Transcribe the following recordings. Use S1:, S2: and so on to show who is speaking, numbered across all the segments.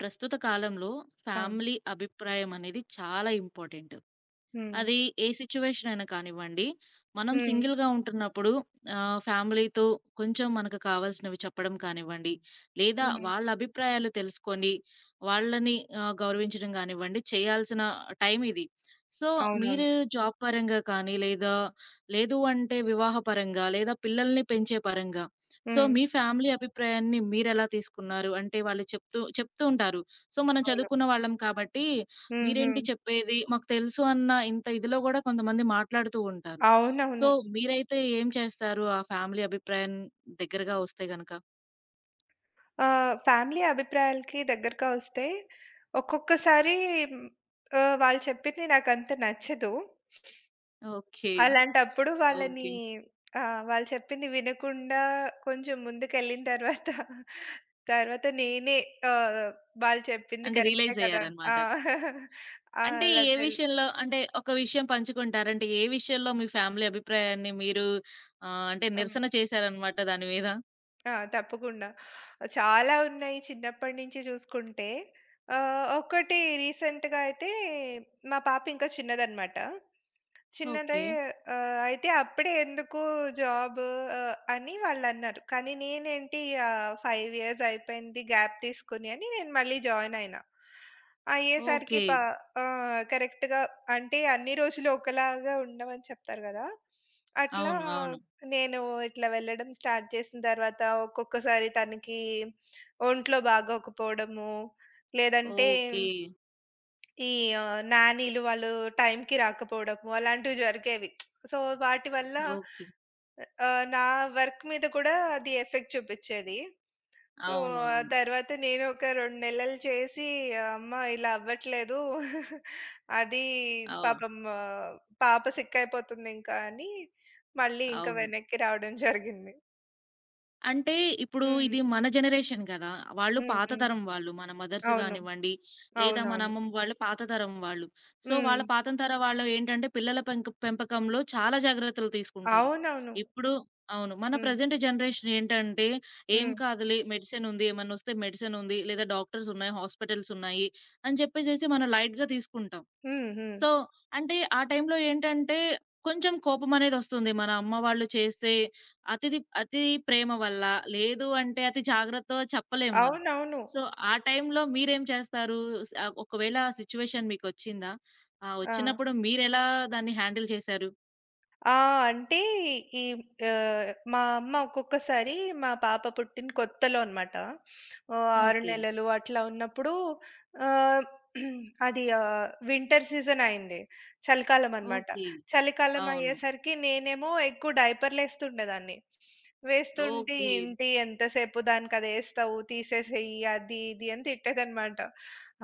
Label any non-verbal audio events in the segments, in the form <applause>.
S1: ప్రస్తుత కాలంలో
S2: అవును.
S1: ఫ్యామిలీ అభిప్రాయం అనేది చాలా ఇంపార్టెంట్.
S2: హ్మ్.
S1: అది ఏ సిట్యుయేషన్ అయినా కానివ్వండి. మనం
S2: హ్మ్.
S1: సింగిల్‌గా ఉంటున్నప్పుడు ఫ్యామిలీతో కొంచెం మనకు కావాల్సినవి చెప్పడం కానివ్వండి, లేదా వాళ్ళ
S2: హ్మ్.
S1: అభిప్రాయాలు తెలుసుకొని వాళ్ళని గౌరవించడం గానివ్వండి, చేయాల్సిన టైం ఇది. సో,
S2: అవునవును.
S1: మీరు జాబ్ పరంగా కానీ, లేదా లేదు అంటే వివాహ పరంగా, లేదా పిల్లల్ని పెంచే పరంగా, సో,
S2: హ్మ్.
S1: మీ ఫ్యామిలీ అభిప్రాయాన్ని మీరెలా తీసుకున్నారు? అంటే వాళ్ళు చెప్తూ చెప్తూ ఉంటారు. సో, మనం
S2: అవును.
S1: చదువుకున్న వాళ్ళం కాబట్టి
S2: హుహు.
S1: మీరేంటి చెప్పేది? మాకు తెలుసు అన్న ఇంత ఇదిలో గూడా కొంతమంది మాట్లాడుతూ ఉంటారు. సో,
S2: అవునవును.
S1: మీరైతే ఏం చేస్తారు? ఆ ఫ్యామిలీ అభిప్రాయం దగ్గరగా వస్తే గనక?
S2: ఫ్యామిలీ అభిప్రాయాలకి దగ్గరగా వస్తే ఒక్కొక్కసారి హ్మ్, వాళ్ళు చెప్పింది నాకంత నచ్చదు.
S1: ఓకే.
S2: అలాంటప్పుడు వాళ్ళని
S1: ఓకే.
S2: వాళ్ళు చెప్పింది వినకుండా కొంచెం ముందుకెళ్ళిన తర్వాత, తర్వాత నేనే ఆహ్, వాళ్ళు చెప్పింది
S1: అంటే
S2: కరెక్టే
S1: రియలైజ్
S2: కదా! ఆ!
S1: అయ్యారనమాట. అంటే
S2: అలా
S1: ఏ
S2: తెల్
S1: విషయంలో అంటే ఒక విషయం పంచుకుంటారా? అంటే ఏ విషయంలో మీ ఫ్యామిలీ అభిప్రాయాన్ని మీరు అంటే
S2: హ్మ్.
S1: నిరసన చేశారనమాట దాని మీద?
S2: ఆ! తప్పకుండా. చాలా ఉన్నాయి చిన్నప్పటి నుంచి చూసుకుంటే. ఒక్కటి రీసెంట్‌గా అయితే మా పాప ఇంకా చిన్నదనమాట. చిన్నదై
S1: ఓకే.
S2: అయితే అప్పుడే ఎందుకు జాబు అని వాళ్ళన్నారు. కానీ నేనేంటి, 5 ఇయర్స్ అయిపోయింది గ్యాప్ తీసుకొని అని నేను మళ్ళీ జాయిన్ అయినా. అయ్యేసరికి
S1: ఓకే.
S2: ప ఆ! కరెక్ట్‌గా అంటే అన్ని రోజులు ఒకలాగా ఉండవని చెప్తారు గదా! అట్లా
S1: అవును. అవును.
S2: నేను ఇట్లా వెళ్ళడం స్టార్ట్ చేసిన తర్వాత ఒక్కొక్కసారి తనకి ఒంట్లో బాగోకపోవడము, లేదంటే
S1: ఓకే.
S2: ఈ నానీలు వాళ్ళు టైంకి రాకపోవడము అలాంటివి జరిగేవి. సో, వాటి వల్ల
S1: ఓకే.
S2: నా వర్క్ మీద కూడా అది ఎఫెక్ట్ చూపిచ్చేది. సో,
S1: అవును.
S2: ఆ
S1: అవును.
S2: తర్వాత నేను ఒక 2 నెలలు చేసి, "అమ్మ ఇలా అవ్వట్లేదు. <laughs> అది
S1: అవ
S2: పాపం పాప సిక్ అయిపోతుందింకా" అని మళ్ళీ ఇంకా
S1: అవును.
S2: వెనక్కి రావడం జరిగింది.
S1: అంటే ఇప్పుడు ఇది
S2: హ్మ్.
S1: మన జనరేషన్ గదా! వాళ్ళు
S2: హ్మ్.
S1: పాత
S2: హ్మ్.
S1: తరం వాళ్ళు. మన మదర్స్
S2: అవును.
S1: గానివ్వండి, లేదా మన
S2: అవునవును.
S1: అమ్మమ్మ వాళ్ళు పాత తరం వాళ్ళు. సో,
S2: హ్మ్.
S1: వాళ్ళ పాత తరం వాళ్ళు ఏంటంటే పిల్లల పెంపకంలో చాలా జాగ్రత్తలు తీసుకుంటారు.
S2: అవునవును.
S1: ఇప్పుడు అవును. మన
S2: హ్మ్.
S1: ప్రెజెంట్ జనరేషన్ ఏంటంటే, ఏం
S2: హ్మ్.
S1: కాదులే మెడిసిన్ ఉంది. ఏమన్నొస్తే మెడిసిన్ ఉంది. లేదా డాక్టర్స్ ఉన్నాయి, హాస్పిటల్స్ ఉన్నాయి అని చెప్పేసేసి మనం లైట్‌గా తీసుకుంటాం.
S2: హ్మ్. హ్మ్.
S1: సో, అంటే ఆ టైంలో ఏంటంటే, కొంచెం కోపమనేదొస్తుంది. మన అమ్మ వాళ్ళు చేసే అతి ప్రేమ వల్ల, లేదు అంటే అతి జాగ్రత్తో చెప్పలేం మనం.
S2: అవునవును.
S1: సో, ఆ టైంలో మీరేం చేస్తారు? ఒకవేళ ఆ సిట్యుయేషన్ మీకొచ్చిందా? ఆ!
S2: ఆ!
S1: వచ్చినప్పుడు మీరెలా దాన్ని హ్యాండిల్ చేశారు?
S2: ఆ! అంటే ఈ మా అమ్మ ఒక్కొక్కసారి మా పాప పుట్టిన కొత్తలో అనమాట. 6
S1: ఓకే.
S2: నెలలు అట్లా ఉన్నప్పుడు ఆహ్, వింటర్ సీజన్ అయింది. చలికాలం అనమాట.
S1: ఓకే.
S2: చలికాలం
S1: అవును.
S2: అయ్యేసరికి నేనేమో ఎక్కువ డైపర్‌లేస్తుండేదాన్ని. వేస్తుంటే,
S1: ఓకే.
S2: "ఏంటి ఎంతసేపు దానికి అదేస్తావు తీసేసేయి" అది ఇది అని తిట్టేదనమాట.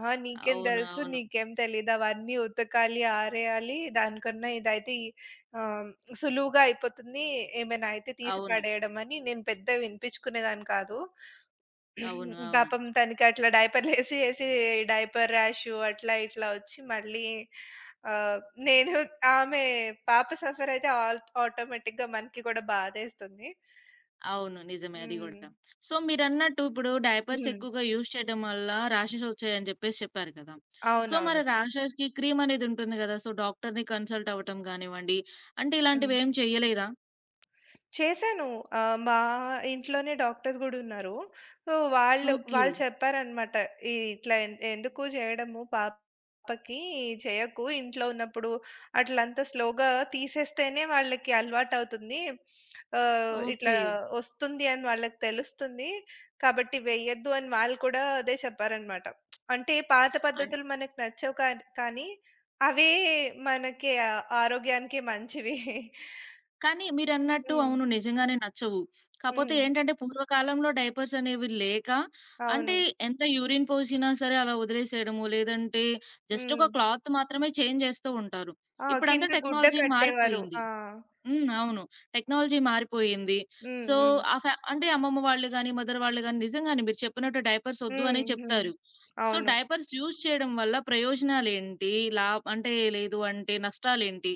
S2: "ఆ! నీకేం
S1: అవును.
S2: తెలుసు?
S1: అవును.
S2: నీకేం తెలీదు, అవన్నీ ఉతకాలి, ఆరేయాలి, దానికన్నా ఇదైతే ఆహ్, సులువుగా అయిపోతుంది. ఏమైనా అయితే తీసి
S1: అవును.
S2: పడేయడం" అని నేను పెద్ద వినిపించుకునేదాన్ని కాదు.
S1: అవును.
S2: <clears throat>
S1: అవును.
S2: పాపం తనకి అట్లా డైపర్‌లేసి ఏసి డైపర్ ర్యాషు అట్లా ఇట్లా వచ్చి మళ్ళీ ఆహ్, నేను ఆమె పాప సఫర్ అయితే ఆల్ ఆటోమేటిక్‌గా మనకి కూడా బాధేస్తుంది.
S1: అవును. నిజమే అది
S2: హ్మ్.
S1: గూడా. సో, మీరన్నట్టు ఇప్పుడు డైపర్స్
S2: హ్మ్.
S1: ఎక్కువగా యూజ్ చేయడం వల్ల రాషెస్ వచ్చాయని చెప్పేసి చెప్పారు కదా! సో,
S2: అవునవును.
S1: మరి రాషెస్‌కి క్రీమ్ అనేది ఉంటుంది గదా! సో, డాక్టర్‌ని కన్సల్ట్ అవ్వటం గానివ్వండి, అంటే
S2: హ్మ్.
S1: ఇలాంటివేం చెయ్యలేదా?
S2: చేశాను. మా ఇంట్లోనే డాక్టర్స్ గూడున్నారు. సో, వాళ్ళు
S1: ఓకే.
S2: వాళ్ళు చెప్పారనమాట. ఇట్లా ఎందుకు జేయడము, పాపకి చేయకు. ఇంట్లో ఉన్నప్పుడు అట్లంతా స్లోగా తీసేస్తేనే వాళ్ళకి అలవాటవుతుంది. ఇట్లా
S1: ఓకే.
S2: ఒస్తుంది అని వాళ్ళకి తెలుస్తుంది. కాబట్టి వెయ్యొద్దు" అని వాళ్ళు కూడా అదే చెప్పారనమాట. అంటే పాత
S1: అన్
S2: పద్ధతులు మనకు నచ్చవు, కానీ కానీ అవే మనకి ఆరోగ్యానికి మంచివి.
S1: కానీ మీరన్నట్టు
S2: హ్మ్.
S1: అవును. నిజంగానే నచ్చవు. కాపోతే
S2: హ్మ్.
S1: ఏంటంటే పూర్వకాలంలో డైపర్స్ అనేవి లేక అంటే
S2: అవును.
S1: ఎంత యూరిన్ పోసినా సరే అలా వదిలేసేయడము, లేదంటే జస్ట్ ఒక
S2: హ్మ్.
S1: క్లాత్ మాత్రమే చేంజ్ జేస్తూ ఉంటారు.
S2: ఆ!
S1: ఇప్పుడంతా
S2: కింద గుడ్డ
S1: టెక్నాలజీ
S2: కట్టేవారు.
S1: మారిపోయింది.
S2: ఆ!
S1: హ్మ్. అవును. టెక్నాలజీ మారిపోయింది.
S2: హ్మ్.
S1: సో,
S2: హ్మ్.
S1: ఆ అంటే అమ్మమ్మ వాళ్ళు గాని, మదర్ వాళ్ళు గాని నిజంగానే మీరు చెప్పినట్టు డైపర్స్ ఒద్దు అనే
S2: హ్మ్. హ్మ్.
S1: చెప్తారు. సో,
S2: అవును.
S1: డైపర్స్ యూజ్ చేయడం వల్ల ప్రయోజనాలేంటి? లా అంటే లేదు అంటే నష్టాలేంటి?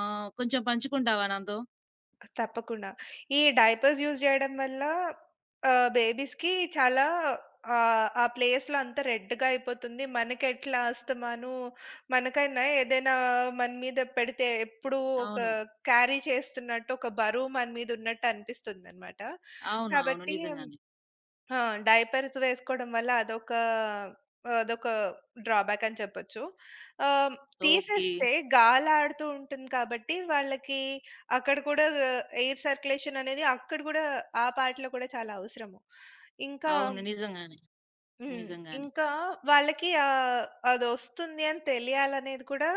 S1: కొంచెం పంచుకుంటావా నాతో?
S2: తప్పకుండా. ఈ డైపర్స్ యూజ్ జేయడం వల్ల బేబీస్‌కి చాలా ఆ ప్లేస్‌లో అంతా రెడ్‌గా అయిపోతుంది. మనకెట్లా అస్తమాను, మనకైనా ఏదైనా మన మీద పెడితే ఎప్పుడూ ఒక
S1: అవును.
S2: క్యారీ చేస్తున్నట్టు, ఒక బరువు మన మీద ఉన్నట్టు అనిపిస్తుందనమాట.
S1: అవును. అవును.
S2: కాబట్టి
S1: నిజంగానే.
S2: ఆ! డైపర్స్ వేసుకోవడం వల్ల అదొక అదొక డ్రాబ్యాక్ అని చెప్పొచ్చు. ఆహ్,
S1: ఓకే.
S2: తీసేస్తే గాలాడుతూ ఉంటుంది కాబట్టి, వాళ్ళకి అక్కడ కూడా ఎయిర్ సర్క్యులేషన్ అనేది అక్కడ కూడా, ఆ పార్ట్‌లో కూడా చాలా అవసరము. ఇంకా
S1: అవును. నిజంగానే.
S2: హ్మ్.
S1: నిజంగానే.
S2: ఇంకా వాళ్ళకి అదొస్తుంది అని తెలియాలనేది కూడా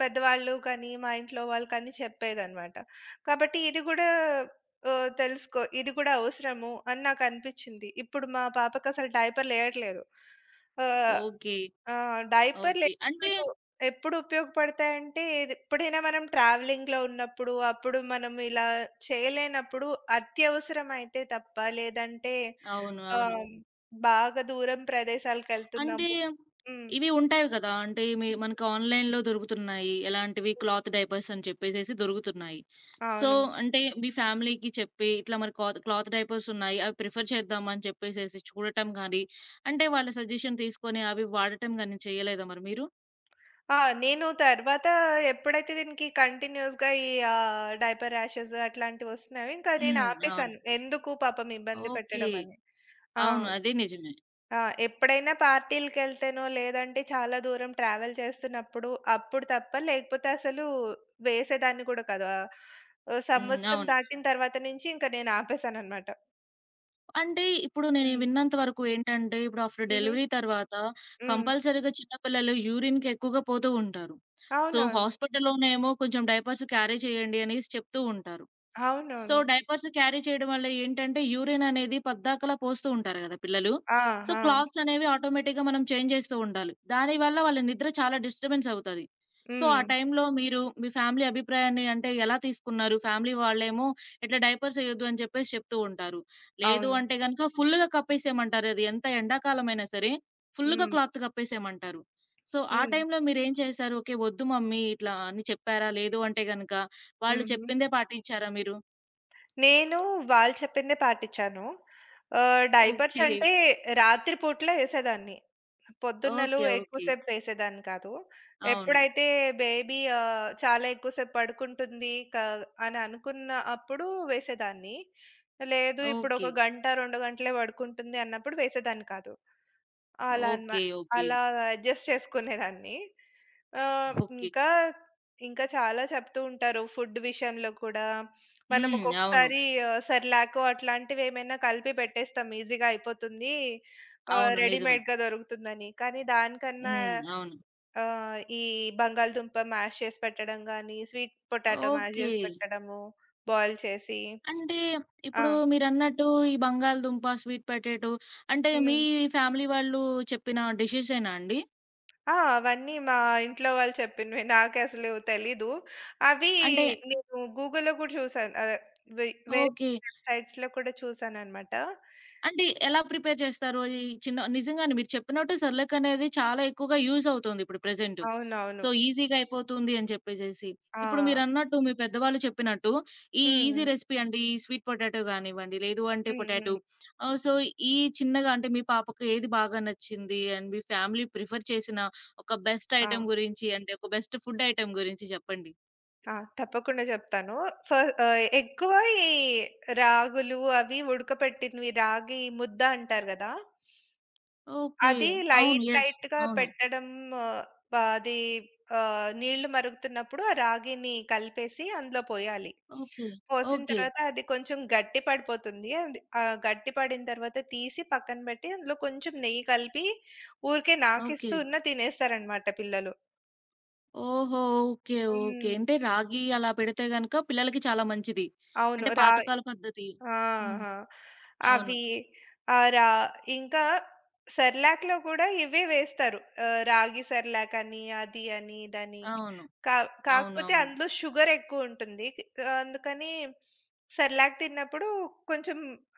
S2: పెద్దవాళ్ళు కానీ, మా ఇంట్లో వాళ్ళు కానీ చెప్పేదనమాట. కాబట్టి ఇది గూడా ఆహ్, తెలుసుకో ఇది కూడా అవసరము అని నాకనిపిచ్చింది. ఇప్పుడు మా పాపకసలు డైపర్‌లెయట్లేదు. ఆహ్,
S1: ఓకే.
S2: ఆహ్,
S1: ఓకే.
S2: డైపర్‌లెప్పుడు
S1: అంటే
S2: ఎప్పుడు ఎప్పుడు ఉపయోగపడతాయంటే, ఇది ఎప్పుడైనా మనం ట్రావెలింగ్‌లో ఉన్నప్పుడు, అప్పుడు మనం ఇలా చేయలేనప్పుడు, అత్యవసరమైతే తప్ప, లేదంటే
S1: అవును.
S2: ఆ!
S1: అవును.
S2: బాగా దూరం
S1: అంటే
S2: ప్రదేశాలకెళ్తున్నాము. హ్మ్.
S1: ఇవి ఉంటాయి గదా! అంటే మనకు ఆన్‌లైన్‌లో దొరుకుతున్నాయి. ఎలాంటివి క్లాత్ డైపర్స్ అని చెప్పేసేసి దొరుకుతున్నాయి. సో,
S2: అవును.
S1: అంటే మీ ఫ్యామిలీకి చెప్పి ఇట్లా మరి క్లాత్ క్లాత్ డైపర్స్ ఉన్నాయి. అవి ప్రిఫర్ చేద్దాం అని చెప్పేసేసి చూడటం గాని, అంటే వాళ్ళ సజెషన్ తీసుకొని అవి వాడటం గాని చేయలేదా మరి మీరు?
S2: ఆ! నేను తర్వాత ఎప్పుడైతే దీనికి కంటిన్యూయస్‌గా డైపర్ ర్యాషెస్ అట్లాంటివొస్తున్నాయో ఇంకా నేను
S1: హ్మ్. అవును.
S2: ఆపేసాను. ఎందుకు పాపం ఇబ్బంది
S1: ఓకే.
S2: పెట్టడం అని. ఆ!
S1: అవును. అదే నిజమే.
S2: ఆ! ఎప్పుడైనా పార్టీలకెళ్తేనో, లేదంటే చాలా దూరం ట్రావెల్ చేస్తున్నప్పుడు అప్పుడు తప్ప లేకపోతే అసలు వేసేదాన్ని కూడా కాదు.
S1: హ్మ్.
S2: సంవత్సరం
S1: అవును.
S2: దాటిన తర్వాత నుంచి ఇంక నేను ఆపేసాననమాట.
S1: అంటే ఇప్పుడు నేను
S2: హ్మ్.
S1: విన్నంత వరకు ఏంటంటే, ఇప్పుడు ఆఫ్టర్
S2: హుహు.
S1: డెలివరీ తర్వాత
S2: హ్మ్.
S1: కంపల్సరీగా చిన్న పిల్లలు యూరిన్‌కి ఎక్కువగా పోతూ ఉంటారు. సో,
S2: అవునవును.
S1: హాస్పిటల్‌లోనేమో కొంచెం డైపర్స్ క్యారీ చేయండి అనేసి చెప్తూ ఉంటారు. సో,
S2: అవునవును.
S1: డైపర్స్ క్యారీ చేయడం వల్ల ఏంటంటే, యూరిన్ అనేది పద్దాకలా పోస్తూ ఉంటారు గదా పిల్లలు.
S2: ఆ!
S1: సో,
S2: ఆ!
S1: క్లాత్స్ అనేవి ఆటోమేటిక్‌గా మనం చేంజ్ చేస్తూ ఉండాలి. దానివల్ల వాళ్ళ నిద్ర చాలా డిస్టర్బెన్స్ అవుతది. సో, ఆ
S2: హ్మ్.
S1: టైంలో మీరు మీ ఫ్యామిలీ అభిప్రాయాన్ని అంటే ఎలా తీసుకున్నారు? ఫ్యామిలీ వాళ్ళేమో ఇట్లా డైపర్స్ ఎయొద్దు అని చెప్పేసి చెప్తూ ఉంటారు. లేదు
S2: అవును.
S1: అంటే గనక ఫుల్లుగా కప్పేసేయమంటారు. అది ఎంత ఎండాకాలమైనా సరే ఫుల్లుగా
S2: హ్మ్.
S1: క్లాత్ కప్పేసేయమంటారు. సో, ఆ
S2: హ్మ్.
S1: టైంలో మీరేం చేశారు? ఓకే. వద్దు మమ్మీ ఇట్లా అని చెప్పారా? లేదు అంటే గనక వాళ్ళు
S2: హుహు.
S1: చెప్పిందే పాటించారా మీరు?
S2: నేను వాళ్ళు చెప్పిందే పాటిచ్చాను. Diapers
S1: okay.
S2: అంటే రాత్రి పూట్ల ఏసేదాన్ని. పొద్దున్నలు
S1: ఓకే.
S2: ఎక్కువ
S1: ఓకే.
S2: సేపు వేసేదాన్ని కాదు.
S1: అవును.
S2: ఎప్పుడైతే బేబీ చాలా ఎక్కువ సేపు పడుకుంటుంది, అని అనుకున్న అప్పుడు వేసేదాన్ని. లేదు ఇప్పుడు
S1: ఓకే.
S2: ఒక గంట, 2 గంటలే పడుకుంటుంది అన్నప్పుడు వేసేదాన్ని కాదు. అలా అనమా
S1: ఓకే. ఓకే.
S2: అలా అడ్జస్ట్ చేసుకునేదాన్ని. Ah,
S1: okay.
S2: ఇంకా, ఇంకా చాలా చెప్తూ ఉంటారు. ఫుడ్ విషయంలో కూడా మనం
S1: హ్మ్. అవును.
S2: ఒక్కొక్కసారి సెర్‌లాకు అట్లాంటివేమైనా కలిపి పెట్టేస్తాం. ఈజీగా అయిపోతుంది.
S1: అవును. నిజమే.
S2: రెడీమేడ్‌గా దొరుకుతుందని. కానీ దానికన్నా
S1: హ్మ్. అవును.
S2: ఆహ్, ఈ బంగాళదుంప మ్యాష్ చేసి పెట్టడం గానీ, స్వీట్ పొటాటో మ్యాష్
S1: ఓకే.
S2: చేసి పెట్టడము, బాయిల్ చేసి.
S1: అంటే
S2: ఆ!
S1: ఇప్పుడు మీరన్నట్టు ఈ బంగాళదుంప, స్వీట్ పొటాటో అంటే మీ
S2: హ్మ్.
S1: ఫ్యామిలీ వాళ్ళు చెప్పిన డిషెసేనా అండి?
S2: ఆ! అవన్నీ మా ఇంట్లో వాళ్ళు చెప్పినవే. నాకసలు తెలీదు. అవి
S1: అంటే
S2: నేను గూగుల్‌లో కూడా చూసాను. అదే వే వేరే
S1: ఓకే.
S2: వెబ్‌సైట్స్‌లో కూడా చూసాననమాట.
S1: అంటే ఎలా ప్రిపేర్ చేస్తారు? ఈ చిన్న నిజంగానే మీరు చెప్పినట్టు సెర్‌లాక్ అనేది చాలా ఎక్కువగా యూజ్ అవుతుంది ఇప్పుడు ప్రెజెంటు. సో,
S2: అవునవును.
S1: ఈజీగా అయిపోతుంది అని చెప్పేసేసి. ఇప్పుడు
S2: ఆ!
S1: మీరన్నట్టు మీ పెద్దవాళ్ళు చెప్పినట్టు ఈ ఈజీ
S2: హ్మ్.
S1: రెసిపీ అంటే ఈ స్వీట్ పొటాటో గానివ్వండి, లేదు అంటే
S2: హ్మ్.
S1: పొటాటో
S2: హ్మ్.
S1: సో, ఈ చిన్నగా అంటే మీ పాపకి ఏది బాగా నచ్చింది? అండ్ మీ ఫ్యామిలీ ప్రిఫర్ చేసిన ఒక బెస్ట్
S2: ఆ!
S1: ఐటెమ్ గురించి అంటే ఒక బెస్ట్ ఫుడ్ ఐటెమ్ గురించి చెప్పండి?
S2: ఆ! తప్పకుండా చెప్తాను. ఫ ఎక్కువ ఈ రాగులు అవి, ఉడకపెట్టినవి రాగి ముద్ద అంటారు గదా!
S1: ఓకే.
S2: అది
S1: అవును.
S2: Light
S1: yes.
S2: లైట్‌గా
S1: అవును.
S2: పెట్టడం. ఆహ్, అది నీళ్లు మరుగుతున్నప్పుడు ఆ రాగిని కలిపేసి అందులో పోయాలి.
S1: ఓకే.
S2: పోసిన
S1: ఓకే.
S2: తర్వాత అది కొంచెం గట్టి పడిపోతుంది. అది గట్టి పడిన తర్వాత తీసి పక్కన పెట్టి అందులో కొంచెం నెయ్యి కలిపి ఊరికే
S1: ఓకే.
S2: నాకిస్తూ ఉన్న తినేస్తారనమాట పిల్లలు.
S1: ఓహో! ఓకే. ఓకే.
S2: హ్మ్.
S1: అంటే రాగి అలా పెడితే గనక పిల్లలకి చాలా మంచిది.
S2: అవును.
S1: అంటే పాతకాల పద్ధతి.
S2: ఆ!
S1: హ్మ్.
S2: ఆ!
S1: అవును.
S2: అవి ఆహ్, రా ఇంకా సెర్లాక్‌లో కూడా ఇవే వేస్తారు. రాగి సెర్లాక్ అని, అది అని, ఇదని.
S1: అవును.
S2: కా కాకపోతే
S1: అవునవును.
S2: అందులో షుగర్ ఎక్కువుంటుంది. అందుకని సెర్లాక్ తిన్నప్పుడు కొంచెం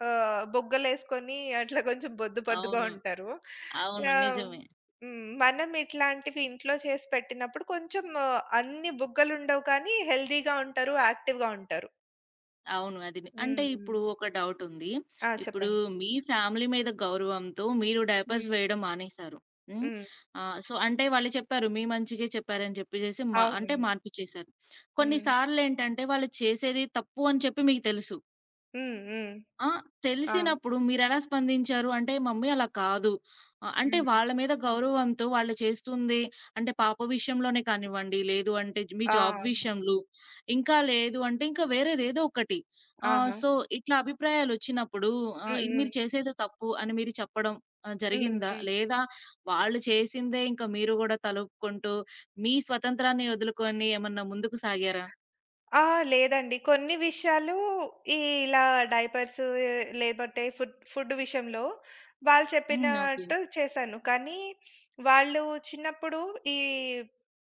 S2: బుగ్గలేసుకొని అట్లా కొంచెం బొద్దు బొద్దుగా
S1: అవును. అవును.
S2: ఉంటారు.
S1: అవును
S2: ఆహ్,
S1: నిజమే.
S2: హ్మ్. మనం ఇట్లాంటివి ఇంట్లో చేసి పెట్టినప్పుడు అన్ని బుగ్గలుండవు, కానీ హెల్తీగా ఉంటారు, యాక్టివ్‌గా ఉంటారు.
S1: అవును. అది ని అంటే
S2: హ్మ్. హ్మ్.
S1: ఇప్పుడు ఒక డౌటుంది.
S2: ఆ!
S1: ఇప్పుడు
S2: చెప్పండి.
S1: మీ ఫ్యామిలీ మీద గౌరవంతో మీరు డైపర్స్
S2: హ్మ్.
S1: వేయడం మానేశారు. హ్మ్.
S2: హ్మ్.
S1: సో, అంటే వాళ్ళు చెప్పారు. మీ మంచికే చెప్పారని చెప్పేసేసి అంటే
S2: అవును.
S1: మార్పిచ్చేసారు. కొన్ని
S2: హ్మ్.
S1: సార్లేంటంటే వాళ్ళు చేసేది తప్పు అని చెప్పి మీకు తెలుసు.
S2: హ్మ్. హ్మ్.
S1: ఆ!
S2: ఆ!
S1: తెలిసినప్పుడు మీరెలా స్పందించారు? అంటే, "మమ్మీ అలా కాదు." అంటే
S2: హ్మ్.
S1: వాళ్ళ మీద గౌరవంతో వాళ్ళు చేస్తుంది అంటే పాప విషయంలోనే కానివ్వండి, లేదు అంటే మీ
S2: ఆ!
S1: జాబ్ విషయంలో, ఇంకా లేదు అంటే ఇంకా వేరేదేదో ఒకటి.
S2: ఆహా!
S1: సో, ఇట్లా అభిప్రాయాలొచ్చినప్పుడు
S2: హ్మ్.
S1: "ఇది
S2: హ్మ్.
S1: మీరు చేసేది తప్పు" అని మీరు చెప్పడం
S2: హ్మ్.
S1: జరిగిందా?
S2: హ్మ్.
S1: లేదా వాళ్ళు చేసిందే ఇంక మీరు గూడా తలూపుకుంటూ మీ స్వతంత్రాన్ని వదులుకొని ఏమన్నా ముందుకు సాగారా?
S2: ఆ! లేదండి. కొన్ని విషయాలు, ఈ ఇలా డైపర్స్ లేపోతే ఫుడ్ ఫుడ్ విషయంలో వాళ్ళు
S1: హ్మ్. ఓకే.
S2: చెప్పినట్టు చేశాను. కానీ వాళ్ళు చిన్నప్పుడు ఈ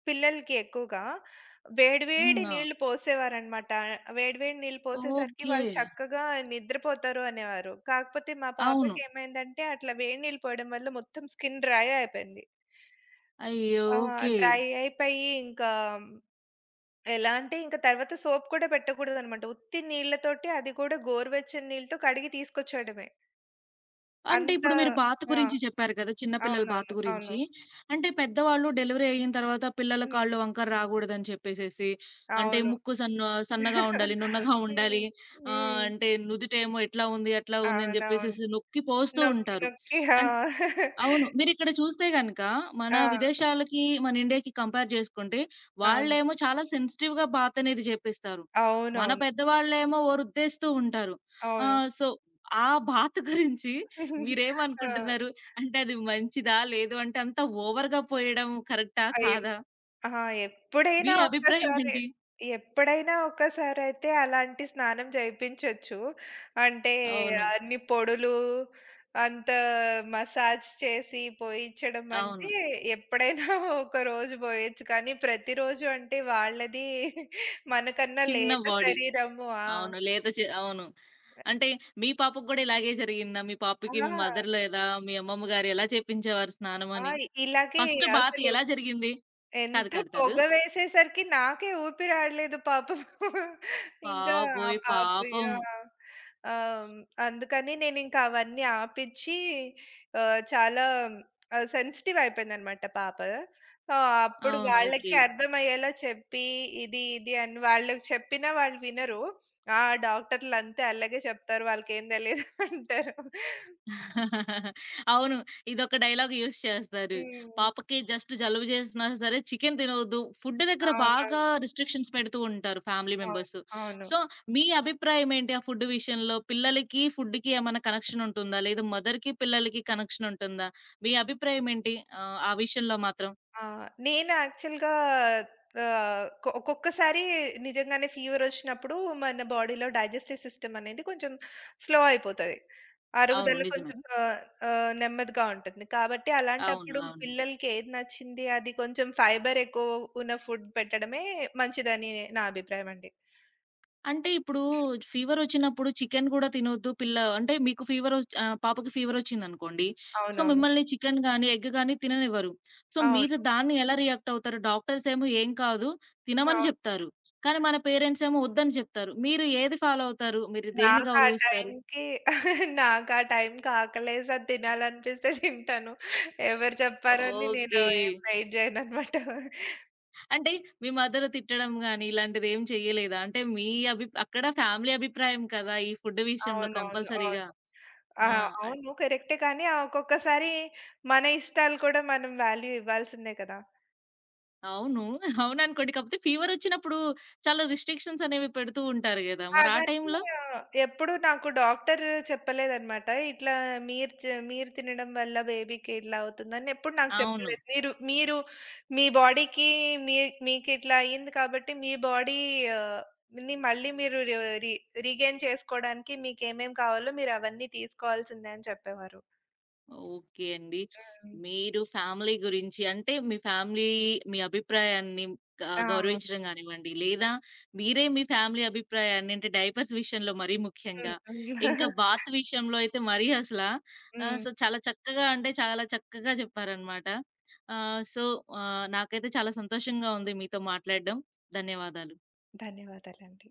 S2: పిల్లలకి ఎక్కువగా వేడి వేడి
S1: హ్మ్. ఆ!
S2: నీళ్ళు పోసేవారనమాట. వేడి వేడి నీళ్ళు పోసేసరికి
S1: ఓకే.
S2: వాళ్ళు చక్కగా నిద్రపోతారు అనేవారు. కాకపోతే మా
S1: అవును.
S2: పాపకి ఏమైందంటే అట్లా వేడి నీళ్ళు పోయడం వల్ల మొత్తం స్కిన్ డ్రై అయిపోయింది.
S1: అయ్యో!
S2: ఆ!
S1: ఓకే.
S2: డ్రై అయిపోయి ఇంకా, ఎలా అంటే ఇంక తర్వాత సోప్ కూడా పెట్టకూడదనమాట. ఉత్తి నీళ్ళతోటి, అది కూడా గోరువెచ్చని నీళ్ళతో కడిగి తీసుకొచ్చేయడమే.
S1: అంటే
S2: అంత
S1: ఇప్పుడు మీరు బాతు
S2: ఆ!
S1: గురించి చెప్పారు కదా! చిన్న పిల్లల బాతు
S2: అవునవును. అవును.
S1: గురించి. అంటే పెద్దవాళ్ళు డెలివరీ అయిన తర్వాత పిల్లల
S2: హ్మ్.
S1: కాళ్ళు వంకర రాగూడదని చెప్పేసేసి, అంటే
S2: అవును.
S1: ముక్కు సన్నగా ఉండాలి,
S2: <laughs>
S1: నున్నగా
S2: హ్మ్.
S1: ఉండాలి.
S2: హ్మ్.
S1: అంటే నుదుటేమో ఇట్లా ఉంది, అట్లా ఉంది అని
S2: అవునవును.
S1: చెప్పేసేసి నొక్కి పోస్తూ
S2: నొక్కి
S1: ఉంటారు.
S2: నొక్కి, ఆ!
S1: అవును.
S2: <laughs>
S1: మీరిక్కడ చూస్తే గనక మన
S2: ఆ!
S1: విదేశాలకి, మన ఇండియాకి కంపేర్ చేసుకుంటే,
S2: అవును.
S1: వాళ్ళేమో చాలా సెన్సిటివ్‌గా బాత్ అనేది జెపిస్తారు. మన
S2: అవునవును.
S1: పెద్దవాళ్ళేమో ఓ రుద్దేస్తూ ఉంటారు.
S2: అవును.
S1: సో, ఆ బాత్ <laughs> గురించి
S2: <laughs> ఆ!
S1: మీరేమనుకుంటున్నారు? అంటే అది మంచిదా? లేదు అంటే అంత ఓవర్‌గా పోయడం కరెక్టా?
S2: అయ్యో!
S1: కాదా?
S2: ఆ!
S1: మీ
S2: ఎప్పుడైనా
S1: అభిప్రాయం
S2: ఒక్కసారి
S1: ఏంటి?
S2: ఎప్పుడైనా ఒక్కసారయితే అలాంటి స్నానం చేపించొచ్చు. అంటే
S1: అవును.
S2: అన్ని పొడులు, అంత మసాజ్ చేసి పోయిచ్చడం
S1: అవును.
S2: అంటే ఎప్పుడైనా ఒక రోజు పోయొచ్చు. కానీ ప్రతిరోజు అంటే వాళ్ళది మనకన్నా
S1: చిన్న
S2: లేత
S1: బాడీ.
S2: శరీరము. ఆ!
S1: అవును. లేత చే అవును. అంటే మీ పాపకి గూడా ఇలాగే జరిగిందా? మీ
S2: ఆ!
S1: పాపకి మీ మదర్ లేదా మీ అమ్మమ్మ గారు ఎలా చేపించేవారు స్నానం
S2: ఆ!
S1: అని?
S2: ఇలాగే
S1: ఫస్ట్ బాత్
S2: అసలు
S1: ఎలా జరిగింది? కాదు.
S2: ఎంత
S1: కాదు. కాదు.
S2: పొగ వేసేసరికి నాకే ఊపిరి ఆడలేదు పాపం. ఇంకా ఆ
S1: బాబోయ్!
S2: పాప
S1: పాపం.
S2: ఆ! ఆహ్, అందుకని నేనింక అవన్నీ ఆపిచ్చి, ఆహ్, చాలా సెన్సిటివ్ అయిపోయిందనమాట పాప. అప్పుడు
S1: అవును. ఓకే.
S2: వాళ్ళకి అర్థమయ్యేలా చెప్పి, ఇది ఇది అని వాళ్ళకి చెప్పినా వాళ్ళు వినరు. ఆ! డాక్టర్‌లంతే అలాగే చెప్తారు. వాళ్ళకేం తెలీదు అంటారు.
S1: <laughs> అవును. ఇదొక డైలాగ్ యూజ్ చేస్తారు.
S2: హ్మ్.
S1: పాపకి జస్ట్ జలుబు చేసినా సరే చికెను తినొద్దు. ఫుడ్ దగ్గర బాగా
S2: అవునవును.
S1: రిస్ట్రిక్షన్స్ పెడుతూ ఉంటారు ఫ్యామిలీ
S2: అవును.
S1: మెంబర్స్.
S2: అవును.
S1: సో, మీ అభిప్రాయం ఏంటి ఆ ఫుడ్ విషయంలో? పిల్లలకి ఫుడ్‌కి ఏమన్నా కనెక్షన్ ఉంటుందా? లేదు మదర్‌కి, పిల్లలకి కనెక్షన్ ఉంటుందా? మీ అభిప్రాయం ఏంటి? ఆ విషయంలో మాత్రం?
S2: ఆ! నేను యాక్చువల్‌గా ఆహ్, కొ ఒక్కొక్కసారి నిజంగానే ఫీవరొచ్చినప్పుడు మన బాడీలో డైజెస్టివ్ సిస్టమ్ అనేది కొంచెం స్లో అయిపోతది.
S1: అవును.
S2: అరుగుదల
S1: నిజమే.
S2: కొంచెం ఆహ్, ఆహ్, నెమ్మదిగా ఉంటుంది. కాబట్టి
S1: అవును.
S2: అలాంటప్పుడు
S1: అవును.
S2: పిల్లలకి ఏది నచ్చింది అది, కొంచెం ఫైబర్ ఎక్కువ ఉన్న ఫుడ్ పెట్టడమే మంచిదని నా అభిప్రాయం అండి.
S1: అంటే ఇప్పుడు ఫీవరొచ్చినప్పుడు చికెను గూడా తినొద్దు పిల్ల అంటే మీకు పాపకి ఫీవరొచ్చిందనుకోండి. సో,
S2: అవునవును.
S1: మిమ్మల్ని చికెను గాని, ఎగ్ గాని తిననివ్వరు. సో, మీరు
S2: అవును.
S1: దాన్ని ఎలా రియాక్ట్ అవుతారు? డాక్టర్సేమో ఏం కాదు తినమని
S2: అవును.
S1: జెప్తారు. కానీ మన పేరెంట్సేమో ఒద్దని చెప్తారు. మీరు ఏది ఫాలో అవుతారు? మీరు దేన్ని
S2: నాకు ఆ
S1: గౌరవిస్తారు?
S2: టైంకి <laughs> నాకు ఆ టైంకి ఆకలేసి అది తినాలనిపిస్తే తింటాను. ఎవరు చెప్పారని నేను
S1: ఓకే.
S2: ఏం వెయిట్ చేయననమాట.
S1: అంటే మీ మదర్ తిట్టడం గాని ఇలాంటిదేం చెయ్యలేదా? అంటే మీ అక్కడ ఫ్యామిలీ అభిప్రాయం కదా! ఈ ఫుడ్ విషయంలో
S2: అవునవును.
S1: కంపల్సరీగా.
S2: అవును. ఆ!
S1: ఆ!
S2: అవును, కరెక్టే, కానీ ఆ ఒక్కొక్కసారి మన ఇష్టాలు కూడా మనం వాల్యూ ఇవ్వాల్సిందే కదా!
S1: అవును. అవుననుకోండి. కాపోతే ఫీవరొచ్చినప్పుడు చాలా రిస్ట్రిక్షన్స్ అనేవి పెడుతూ ఉంటారు గదా! మరి ఆ
S2: అవన్నీ
S1: టైంలో?
S2: ఎప్పుడు నాకు డాక్టర్ చెప్పలేదన్నమాట. ఇట్లా మీరు తినడం వల్ల బేబీకి ఇట్లా అవుతుందని ఎప్పుడు నాకు
S1: అవును.
S2: చెప్పలేదు. మీరు మీరు మీ బాడీకి, మీ మీకిట్లా అయింది కాబట్టి మీ బాడీ ఆహ్, ని మళ్ళీ మీరు రి రి రీగెయిన్ చేసుకోవడానికి మీకేమేం కావాలో మీరు అవన్నీ తీసుకోవాల్సిందే అని చెప్పేవారు.
S1: ఓకే అండి.
S2: హ్మ్.
S1: మీరు ఫ్యామిలీ గురించి అంటే మీ ఫ్యామిలీ మీ అభిప్రాయాన్ని గ
S2: ఆ!
S1: గౌరవించడం గానివ్వండి, లేదా మీరే మీ ఫ్యామిలీ అభిప్రాయాన్ని అంటే డైపర్స్ విషయంలో మరీ
S2: హ్మ్.
S1: ముఖ్యంగా,
S2: హ్మ్.
S1: ఇంకా
S2: హ్మ్. <laughs>
S1: బాత్ విషయంలో అయితే మరీ అసలా చాలా చక్కగా అంటే చాలా చక్కగా చెప్పారనమాట. ఆహ్, సో, నాకైతే చాలా సంతోషంగా ఉంది మీతో మాట్లాడడం. ధన్యవాదాలు.
S2: ధన్యవాదాలండి.